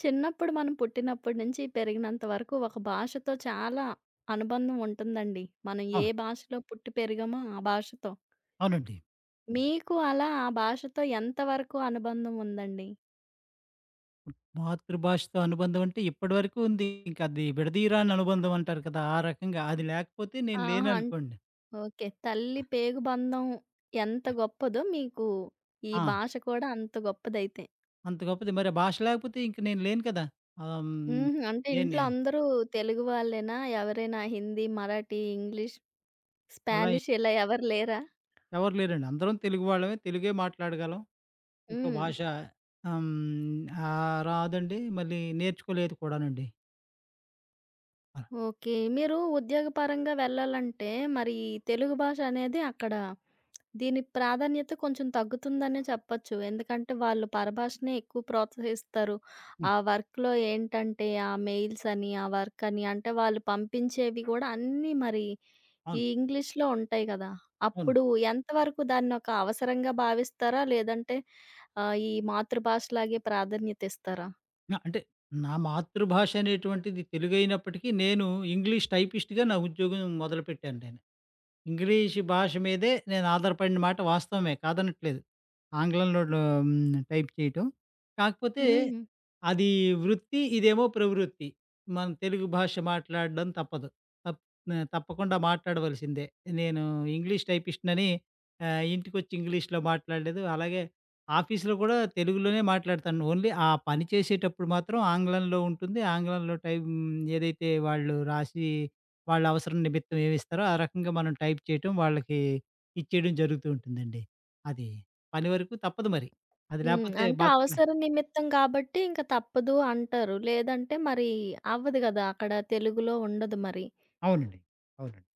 చిన్నప్పుడు మనం పుట్టినప్పటి నుంచి పెరిగినంత వరకు ఒక భాషతో చాలా అనుబంధం ఉంటుందండి. మనం ఆ! ఏ భాషలో పుట్టి పెరిగామో ఆ భాషతో. అవునండి. మీకు అలా ఆ భాషతో ఎంతవరకు అనుబంధం ఉందండి? మాతృభాషతో అనుబంధం అంటే ఇప్పటివరకు ఉంది. ఇంక అది విడదీయరాని అనుబంధం అంటారు కదా! ఆ రకంగా అది లేకపోతే నేను ఆహా! లేననుకోండి. ఓకే. తల్లి పేగు బంధం ఎంత గొప్పదో మీకు ఈ ఆ! భాష కూడా అంత గొప్పదైతే. అంత గొప్పది. మరి ఆ భాష లేకపోతే ఇంక నేను లేను కదా! ఆహ్, హ్మ్. హుహు. అంటే ఇంట్లో నేనే అందరూ తెలుగు వాళ్ళేనా? ఎవరైనా హిందీ, మరాఠీ, ఇంగ్లీష్, అలా స్పానిష్ ఇలా ఎవరు లేరా? ఎవరు లేరండి. అందరం తెలుగు వాళ్ళమే. తెలుగే మాట్లాడగలం. ఇంకో హ్మ్. భాష హ్మ్. రాదండి. మళ్ళీ నేర్చుకోలేదు కూడానండి. అలా ఓకే. మీరు ఉద్యోగపరంగా వెళ్ళాలంటే, మరి తెలుగు భాష అనేది అక్కడ దీని ప్రాధాన్యత కొంచెం తగ్గుతుందనే చెప్పొచ్చు. ఎందుకంటే, వాళ్ళు పరభాషనే ఎక్కువ ప్రోత్సహిస్తారు. హ్మ్. ఆ వర్క్‌లో ఏంటంటే, ఆ మెయిల్స్ అని, ఆ వర్క్ అని అంటే వాళ్ళు పంపించేవి గూడా అన్నీ మరి ఈ అవును. ఇంగ్లీష్‌లో ఉంటాయి గదా! అవును. అప్పుడు ఎంతవరకు దాన్నొక అవసరంగా భావిస్తారా? లేదంటే ఈ మాతృభాషలాగే ప్రాధాన్యత ఇస్తారా? నా అంటే నా మాతృభాష అనేటువంటిది తెలుగైనప్పటికీ నేను ఇంగ్లీష్ టైపిస్ట్‌గా నా ఉద్యోగం మొదలుపెట్టాను నేను. ఇంగ్లీష్ భాష మీదే నేను ఆధారపడిన మాట వాస్తవమే కాదనట్లేదు. ఆంగ్లంలో టైప్ చేయటం. కాకపోతే హ్మ్. అది వృత్తి, ఇదేమో ప్రవృత్తి. మన తెలుగు భాష మాట్లాడడం తప్పదు. తప్ తప్పకుండా మాట్లాడవలసిందే. నేను ఇంగ్లీష్ టైపిస్ట్‌నని ఇంటికొచ్చి ఇంగ్లీష్‌లో మాట్లాడలేదు. అలాగే ఆఫీస్‌లో కూడా తెలుగులోనే మాట్లాడతాను. ఓన్లీ ఆ పని చేసేటప్పుడు మాత్రం ఆంగ్లంలో ఉంటుంది. ఆంగ్లంలో ఏదైతే వాళ్ళు రాసి వాళ్ళ అవసరం నిమిత్తం ఏమిస్తారో ఆ రకంగా మనం టైప్ చేయటం, వాళ్ళకి ఇచ్చేయడం జరుగుతూ ఉంటుందండి. అది పని వరకు తప్పదు మరి. అది హ్మ్. లేపోతే అంటే బతకలే అవసరం నిమిత్తం గాబట్టి ఇంక తప్పదు అంటారు. లేదంటే మరి అవ్వదు గదా! అక్కడ తెలుగులో ఉండదు మరి. అవునండి. అవునండి.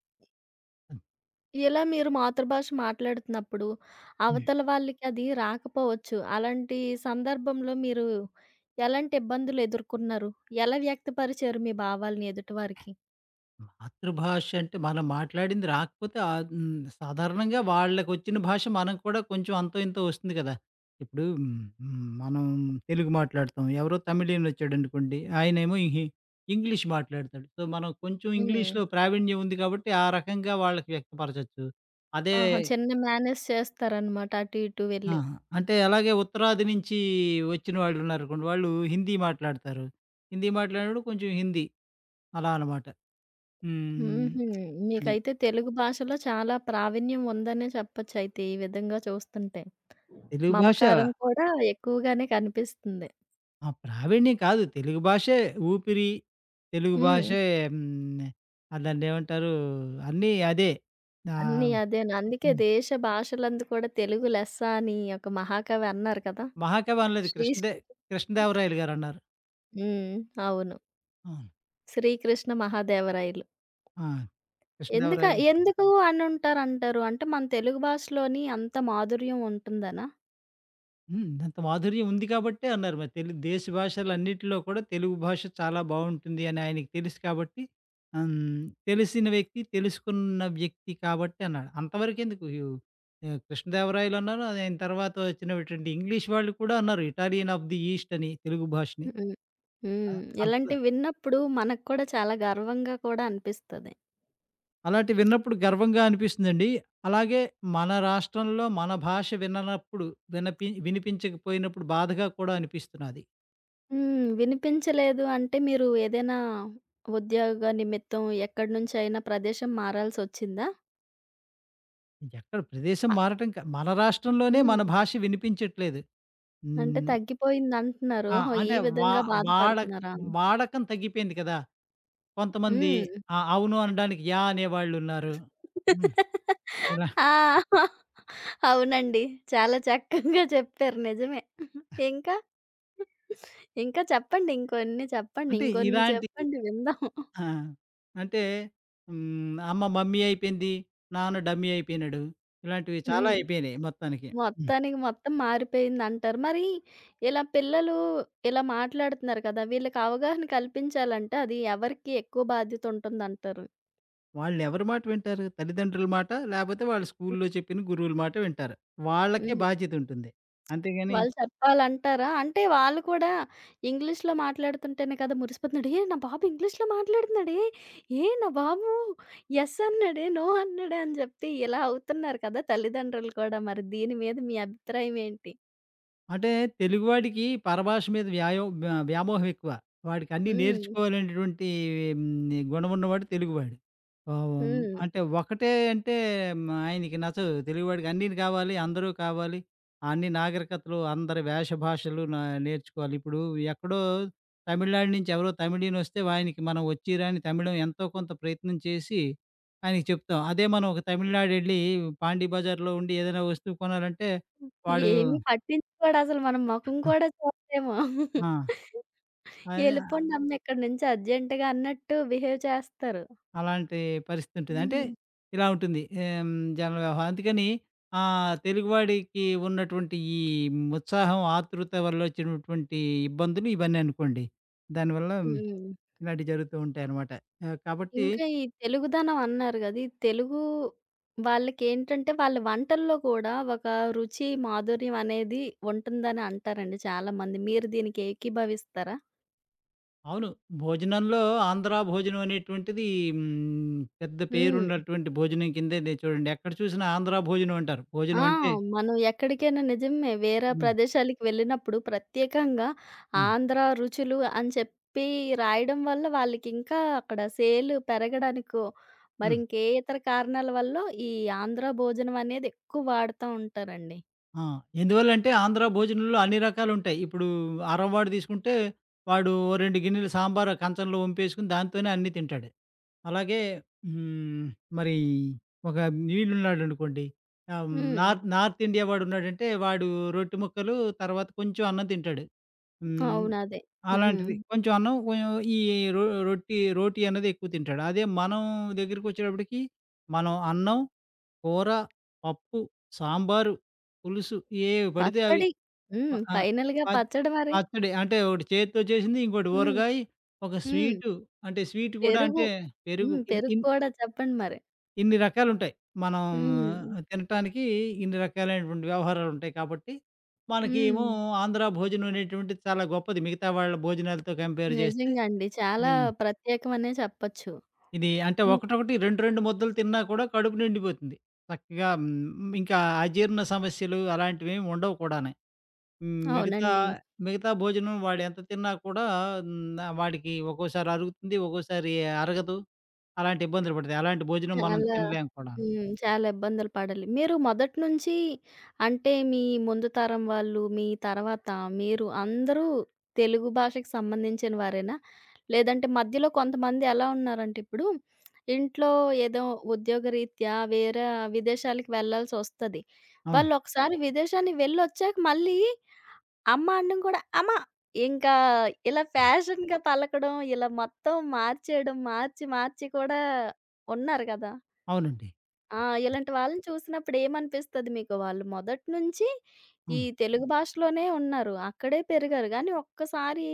ఇలా మీరు మాతృభాష మాట్లాడుతున్నప్పుడు అంతే. అవతల వాళ్ళకి అది రాకపోవచ్చు. అలాంటి సందర్భంలో మీరు ఎలాంటి ఇబ్బందులు ఎదుర్కొన్నారు? ఎలా వ్యక్తపరిచారు మీ భావాల్ని ఎదుటి వారికి? మాతృభాష అంటే మనం మాట్లాడింది రాకపోతే ఆహ్, హ్మ్. సాధారణంగా వాళ్ళకొచ్చిన భాష మనం కూడా కొంచెం అంతో ఇంతో వస్తుంది కదా! ఇప్పుడు మనం తెలుగు మాట్లాడతాం. ఎవరో తమిళీయనొచ్చాడనుకోండి, ఆయనేమో ఇంగ్లీష్ మాట్లాడతాడు. సో, మనం కొంచెం హ్మ్. ఇంగ్లీష్‌లో ప్రావీణ్యం ఉంది కాబట్టి ఆ రకంగా వాళ్ళకి వ్యక్తపరచొచ్చు. అదే ఆహా! చిన్న మేనేజ్ చేస్తారనమాట అటు ఇటు ఆ! వెళ్ళి. అంటే అలాగే ఉత్తరాది నుంచి వచ్చిన వాళ్ళున్నారనుకోండి, వాళ్ళు హిందీ మాట్లాడతారు. హిందీ మాట్లాడినప్పుడు కొంచెం హిందీ అలా అనమాట. హ్మ్. హుహు. అది. మీకైతే తెలుగు భాషలో చాలా ప్రావీణ్యం ఉందనే చెప్పొచ్చయితే ఈ విధంగా చూస్తుంటే. తెలుగు భాష మమకారం కూడా ఎక్కువగానే కనిపిస్తుంది. ఆ! ప్రావీణ్యం కాదు. తెలుగు భాషే ఊపిరి, తెలుగు హ్మ్. భాషే హ్మ్. దాన్నేమంటారు అన్నీ అదే. అన్నీ ఆహ్, అదేను. అందుకే హ్మ్. దేశ భాషలందు కూడా తెలుగు లెస్స అని ఒక మహాకవి అన్నారు కదా! మహాకవి అనలేదు శ్రీశ్రీ. కృష్ణదేవరాయలు గారన్నారు. హ్మ్. అవును. ఆ! 'శ్రీకృష్ణ మహాదేవరాయలు.' ఆ! ఎందుక కృష్ణదేవరాయలు. ఎందుకు అనుంటారంటారు? అంటే మన తెలుగు భాషలోని అంత మాధుర్యం ఉంటుందనా? హ్మ్. అంత మాధుర్యం ఉంది కాబట్టే అన్నారు. మరి దేశ భాషలన్నిటిలో కూడా తెలుగు భాష చాలా బావుంటుంది అని ఆయనకి తెలుసు కాబట్టి ఆహ్, హ్మ్. తెలిసిన వ్యక్తి, తెలుసుకున్న వ్యక్తి కాబట్టి అన్నాడు. అంతవరకెందుకు కృష్ణదేవరాయలన్నారు. ఆయన తర్వాత వచ్చినటువంటి ఇంగ్లీష్ వాళ్ళు కూడా అన్నారు. ఇటాలియన్ ఆఫ్ ది ఈస్ట్ అని తెలుగు భాషని. హ్మ్. అ హ్మ్. అంత ఇలాంటివి విన్నప్పుడు మనకు కూడా చాలా గర్వంగా కూడా అనిపిస్తది. అలాంటివి విన్నప్పుడు గర్వంగా అనిపిస్తుందండి. అలాగే మన రాష్ట్రంలో మన భాష విననప్పుడు వినిపించకపోయినప్పుడు బాధగా కూడా అనిపిస్తున్నది. హ్మ్. వినిపించలేదు అంటే మీరు ఏదైనా ఉద్యోగ నిమిత్తం ఎక్కడి నుంచైనా ప్రదేశం మారాల్సొచ్చిందా? ఎక్కడ ప్రదేశం అ మారటం మన రాష్ట్రంలోనే మన హ్మ్. భాష వినిపించట్లేదు. అంటే హ్మ్. తగ్గిపోయిందంటున్నారు. ఆ! ఓహో! ఈ అంటే వా విధంగా వాడ బాధపడుతున్నారా? వాడకం తగ్గిపోయింది కదా! కొంతమంది హ్మ్. ఆ! అవును అనడానికి 'యా' అనేవాళ్ళున్నారు. హ్మ్. ఇలా ఆ! అవునండి. చాలా చక్కగా చెప్పారు. నిజమే. ఇంకా? ఇంకా చెప్పండి. ఇంకొన్ని చెప్పండి. అంటే ఇంకొన్ని ఇలాంటి చెప్పండి విందాం. ఆ! అంటే అమ్మ మమ్మీ అయిపోయింది. నాన్న డమ్మీ అయిపోయినాడు. ఇలాంటివి చాలా హ్మ్. అయిపోయినాయి మొత్తానికి. హ్మ్. మొత్తానికి మొత్తం మారిపోయిందంటారు. మరి ఇలా పిల్లలు ఇలా మాట్లాడుతున్నారు కదా! వీళ్ళకి అవగాహన కల్పించాలంటే అది ఎవరికి ఎక్కువ బాధ్యత ఉంటుందంటారు? వాళ్ళెవరి మాట వింటారు? తల్లిదండ్రుల మాట, లేపోతే వాళ్ళు స్కూల్లో చెప్పిన గురువుల మాట వింటారు. వాళ్ళకే హ్మ్. బాధ్యతుంటుంది. అంతేగాని వాళ్ళు చెప్పాలంటారా? అంటే వాళ్ళు కూడా ఇంగ్లీష్‌లో మాట్లాడుతుంటేనే కదా మురిసిపోతున్నాడు. "ఏ నా బాబు ఇంగ్లీష్‌లో మాట్లాడుతున్నాడే! ఏ నా బాబు యెస్ అన్నాడే! నో అన్నాడే!" అని జెప్పి ఇలా అవుతున్నారు కదా తల్లిదండ్రులు కూడా. మరి దీని మీద మీ అభిప్రాయం ఏంటి? అంటే తెలుగువాడికి పరభాష మీద వ్యాయో వ్య వ్యామోహం ఎక్కువ. వాడికి అన్నీ హ్మ్. నేర్చుకోవాలనేటటువంటి గుణం ఉన్నవాడు తెలుగువాడు. ఆహ్, హ్మ్. అంటే ఒకటే అంటే ఆయనకి నచ్చదు. తెలుగువాడికి అన్నీ కావాలి, అందరూ కావాలి. అన్ని నాగరికతలు, అందరి వేష భాషలు నేర్చుకోవాలి. ఇప్పుడు ఎక్కడో తమిళనాడు నుంచి ఎవరో తమిళీయనొస్తే ఆయనకి మనం వచ్చి రాని తమిళం ఎంతో కొంత ప్రయత్నం చేసి ఆయనకి చెప్తాం. అదే మనం ఒక తమిళనాడెళ్ళి పాండీ బజార్‌లో ఉండి ఏదైనా వస్తువు కొనాలంటే వాడు ఏమి పట్టించుకోడసలు. మన మొఖం కూడా చూడడేమో. ఆ! అదే "ఎళ్ళిపోండి అమ్మ ఇక్కడి నుంచి అర్జెంట్‌గా" అన్నట్టు బిహేవ్ చేస్తారు. అలాంటి పరిస్థితి ఉంటుంది. అంటే హ్మ్. ఇలా ఉంటుంది. జన వ్యవహారం. అందుకని తెలుగువాడికి ఉన్నటువంటి ఈ ఉత్సాహం, ఆతృత వల్ల వచ్చినటువంటి ఇబ్బందులు ఇవన్నీ అనుకోండి. దానివల్ల హ్మ్. ఇలాంటివి జరుగుతూ ఉంటాయన్నమాట. కాబట్టి ఇంకా ఈ తెలుగుదనం అన్నారు గదా! ఈ తెలుగు వాళ్ళకేంటంటే, వాళ్ళ వంటల్లో కూడా ఒక రుచి, మాధుర్యం అనేది ఉంటుందని అంటారండి చాలామంది. మీరు దీనికి ఏకీభవిస్తారా? అవును. భోజనంలో ఆంధ్ర భోజనం అనేటువంటిది పెద్ద హ్మ్. పేరున్నటువంటి భోజనం కిందే చూడండి. ఎక్కడ చూసినా ఆంధ్ర భోజనం అంటారు. ఆ! భోజనం అంటే మనం ఎక్కడికైనా నిజమే. వేరే హ్మ్. ప్రదేశాలకి వెళ్ళినప్పుడు ప్రత్యేకంగా హ్మ్. ఆంధ్ర రుచులు అని చెప్పి రాయడం వల్ల వాళ్ళకింకా అక్కడ సేల్ పెరగడానికో, మరి హ్మ్. ఇంకే ఇతర కారణాల వల్లో ఈ ఆంధ్ర భోజనం అనేది ఎక్కువ వాడుతా ఉంటారండి. ఆ! ఎందువల్లంటే ఆంధ్ర భోజనంలో అన్ని రకాలుంటాయి. ఇప్పుడు అరవవాడు తీసుకుంటే వాడు ఓ 2 గిన్నెలు సాంబార్ కంచంలో వంపేసుకొని దాంతోనే అన్నీ తింటాడు. అలాగే హ్మ్, మరి ఒక వీడున్నాడనుకోండి హ్మ్. నార్త్ నార్త్ ఇండియా వాడున్నాడంటే వాడు రొట్టె ముక్కలు తర్వాత కొంచెం అన్నం తింటాడు. హ్మ్, అవును. అదే. హ్మ్. అలాంటిది కొంచెం అన్నం కొంచెం ఈ రొ రొట్టి రోటీ అనేది ఎక్కువ తింటాడు. అదే మనం దగ్గరికొచ్చేటప్పటికి మనం అన్నం కూర, పప్పు, సాంబారు, పులుసు ఏవి పడితే అవి. పచ్చడి. ప హ్మ్. ఆ! ఫైనల్‌గా పచ్ పచ్చడి మరి. పచ్చడి అంటే ఒకటి చేత్తో చేసింది, ఇంకోటి హ్మ్. ఊరగాయ, ఒక హ్మ్. స్వీటు అంటే స్వీట్ కూడా పెరుగు. అంటే పెరుగు హ్మ్. ఇన్ పెరుగు ఇన్ కూడా చెప్పండి మరి. ఇన్ని రకాలుంటాయి. మనం హ్మ్. తినటానికి ఇన్ని రకాలైనటువంటి వ్యవహారాలుంటాయి కాబట్టి, మనకేమో హ్మ్. ఆంధ్ర భోజనం అనేటువంటిది చాలా గొప్పది మిగతా వాళ్ళ భోజనాలతో కంపేర్ చేస్తే. నిజంగా అండి. చాలా హ్మ్. ప్రత్యేకమనే చెప్పొచ్చు. ఇది అంటే హ్మ్. ఒకటొకటి 2, 2 ముద్దలు తిన్నా కూడా కడుపు నిండిపోతుంది. చక్కగా ఇంకా అజీర్ణ సమస్యలు అలాంటివేమి ఉండవు కూడాని. హ్మ్, మిగతా అవునండి. మిగతా భోజనం వాడెంత తిన్నా కూడా వాడికి ఒక్కోసారి అరుగుతుంది, ఒక్కోసారి అరగదు. అలాంటి ఇబ్బందులు పడతాయి. అలాంటి భోజనం మనం చాలా తినలేము కూడాను. హ్మ్. చాలా ఇబ్బందులు పడాలి. మీరు మొదటి నుంచి అంటే మీ ముందు తరం వాళ్ళు, మీ తర్వాత మీరు అందరూ తెలుగు భాషకి సంబంధించిన వారేనా? లేదంటే మధ్యలో కొంతమంది ఎలా ఉన్నారంటే ఇప్పుడు ఇంట్లో ఏదో ఉద్యోగరీత్యా వేరే విదేశాలకు వెళ్ళాల్సొస్తది. అవును. వాళ్ళు ఒకసారి విదేశానికి వెళ్ళొచ్చాక మళ్ళీ అమ్మ అనడం కూడా అమ్మ. ఇంకా ఇలా ఫ్యాషన్‌గా పలకడం, ఇలా మొత్తం మార్చేయడం, మార్చి మార్చి కూడా ఉన్నారు కదా! అవునండి. ఆ! ఇలాంటి వాళ్ళని చూసినప్పుడు ఏమనిపిస్తది మీకు? వాళ్ళు మొదటి నుంచి ఈ హ్మ్. తెలుగు భాషలోనే ఉన్నారు. అక్కడే పెరిగారు. కానీ ఒక్కసారి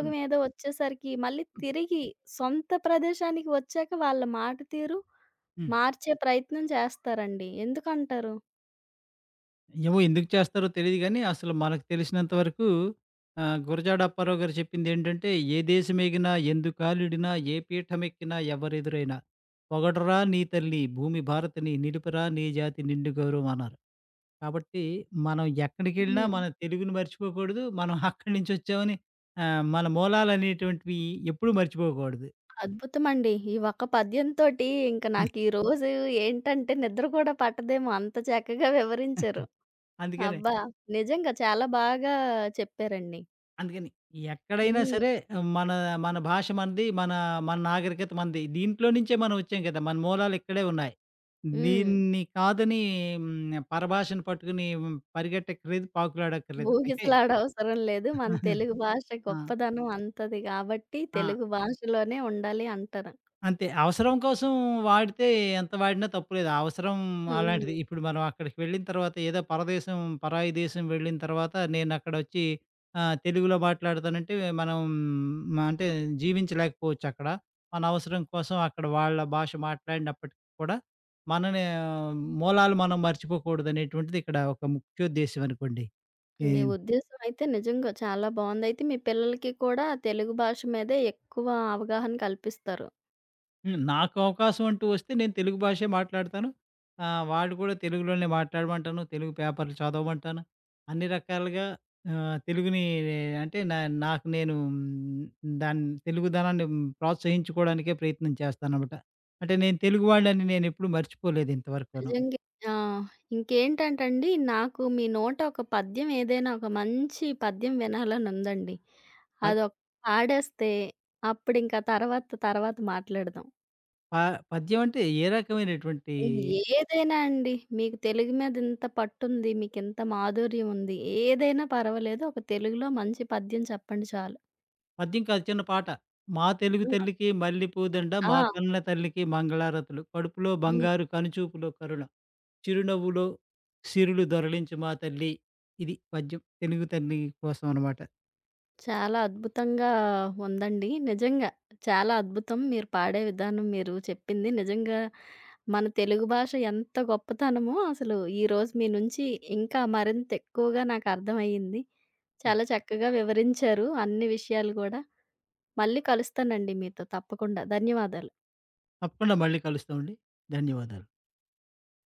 హ్మ్. ఏదో వచ్చేసరికి మళ్ళీ తిరిగి సొంత ప్రదేశానికి వచ్చాక వాళ్ళ మాట తీరు హ్మ్. మార్చే ప్రయత్నం చేస్తారండి. ఎందుకంటారు? ఏమో ఎందుకు చేస్తారో తెలీదు గానీ, అసలు మనకు తెలిసినంత వరకు గురజాడ అప్పారావు గారు చెప్పిందేంటంటే, "ఏ దేశమేగినా ఎందుకాలిడినా ఏ పీఠమెక్కినా ఎవరెదురైనా పొగడరా నీ తల్లి భూమి భారతిని నిలుపరా నీ జాతి నిండు గౌరవం" అన్నారు. కాబట్టి మనం ఎక్కడికెళ్ళినా హ్మ్. మన తెలుగుని మర్చిపోకూడదు. మనం అక్కడి నుంచొచ్చామని మన మూలాలనేటువంటివి ఎప్పుడూ మర్చిపోకూడదు. అద్భుతమండి. ఈ ఒక్క పద్యంతోటి ఇంక నాకు ఈ రోజు ఏంటంటే నిద్ర కూడా పట్టదేమో అంత చక్కగా వివరించారు. అందుకనే అబ్బా! నిజంగా చాలా బాగా చెప్పారండి. అందుకని ఎక్కడైనా హ్మ్. సరే మన మన భాష మనది, మన మన నాగరికత మనది. దీంట్లో నుంచే మనం వచ్చాం కదా! మన మూలాలు ఇక్కడే ఉన్నాయి. హ్మ్. దీన్ని కాదని హ్మ్. పరభాషను పట్టుకుని పరిగెట్టక్కర్లేదు, పాకులాడక్కర్లేదు. అయితే ఊగిసలాడవసరం లేదు. మన తెలుగు భాష ఆ! గొప్పదనం అంతది కాబట్టి ఆ! తెలుగు భాషలోనే ఉండాలి అంటారు. అంతే. అవసరం కోసం వాడితే ఎంత వాడినా తప్పు లేదు. అవసరం హ్మ్. అలాంటిది. ఇప్పుడు మనం అక్కడికి వెళ్ళిన తర్వాత ఏదో పరదేశం, పరాయి దేశం వెళ్ళిన తర్వాత నేనక్కడొచ్చి తెలుగులో మాట్లాడతానంటే మనం మ అంటే జీవించలేకపోవచ్చక్కడ. మన అవసరం కోసం అక్కడ వాళ్ళ భాష మాట్లాడినప్పటికి కూడా మనని మూలాలు మనం మర్చిపోకూడదనేటువంటిది ఇక్కడ ఒక ముఖ్యోద్దేశ్యం అనుకోండి. ఈ మీ ఉద్దేశ్యం అయితే నిజంగా చాలా బావుంది. అయితే మీ పిల్లలకి కూడా తెలుగు భాష మీదే ఎక్కువ అవగాహన కల్పిస్తారు. హ్మ్. నాకు అవకాశం అంటూ వస్తే నేను తెలుగు భాషే మాట్లాడతాను. వాడు కూడా తెలుగులోనే మాట్లాడమంటాను. తెలుగు పేపర్లు చదవమంటాను. అన్ని రకాలుగా తెలుగుని అంటే నాకు నేను దాన్ని తెలుగుదనాన్ని ప్రోత్సహించుకోవడానికే ప్రయత్నం చేస్తానన్నమాట. అంటే నేను తెలుగువాడినని నేనెప్పుడూ మర్చిపోలేదు ఇంతవరకును. నిజంగే. ఆ! ఇంకేంటంటండి, నాకు మీ నోట ఒక పద్యం ఏదైనా ఒక మంచి పద్యం వినాలనుందండి. ప అదొక పాడేస్తే అప్పుడింక తర్వాత, తర్వాత మాట్లాడదాం. ప పద్యం అంటే ఏ రకమైనటువంటి హ్మ్. ఏదైనా అండి. మీకు తెలుగు మీద ఇంత పట్టుంది, మీకింత మాధుర్యం ఉంది. ఏదైనా పర్వాలేదు. ఒక తెలుగులో మంచి పద్యం చెప్పండి చాలు. పద్యం కాదు చిన్న పాట. మా తెలుగు ఆ! తల్లికి మల్లెపూదండ మా ఆ! కన్న తల్లికి మంగళారతులు కడుపులో హ్మ్. బంగారు కనుచూపులో కరుణ. చిరునవ్వులో సిరులు దొరలించు మా తల్లి. ఇది పద్యం తెలుగు తల్లి కోసం అనమాట. చాలా అద్భుతంగా ఉందండి. నిజంగా. చాలా అద్భుతం. మీరు పాడే విధానం మీరు చెప్పింది నిజంగా మన తెలుగు భాష ఎంత గొప్పతనమో అసలు ఈరోజు మీ నుంచి ఇంకా మరింత ఎక్కువగా నాకు అర్థమయ్యింది. చాలా చక్కగా వివరించారు అన్ని విషయాలు గూడా. మళ్ళీ కలుస్తానండి మీతో తప్పకుండా. ధన్యవాదాలు. తప్పకుండా మళ్ళీ కలుస్తామండి. ధన్యవాదాలు.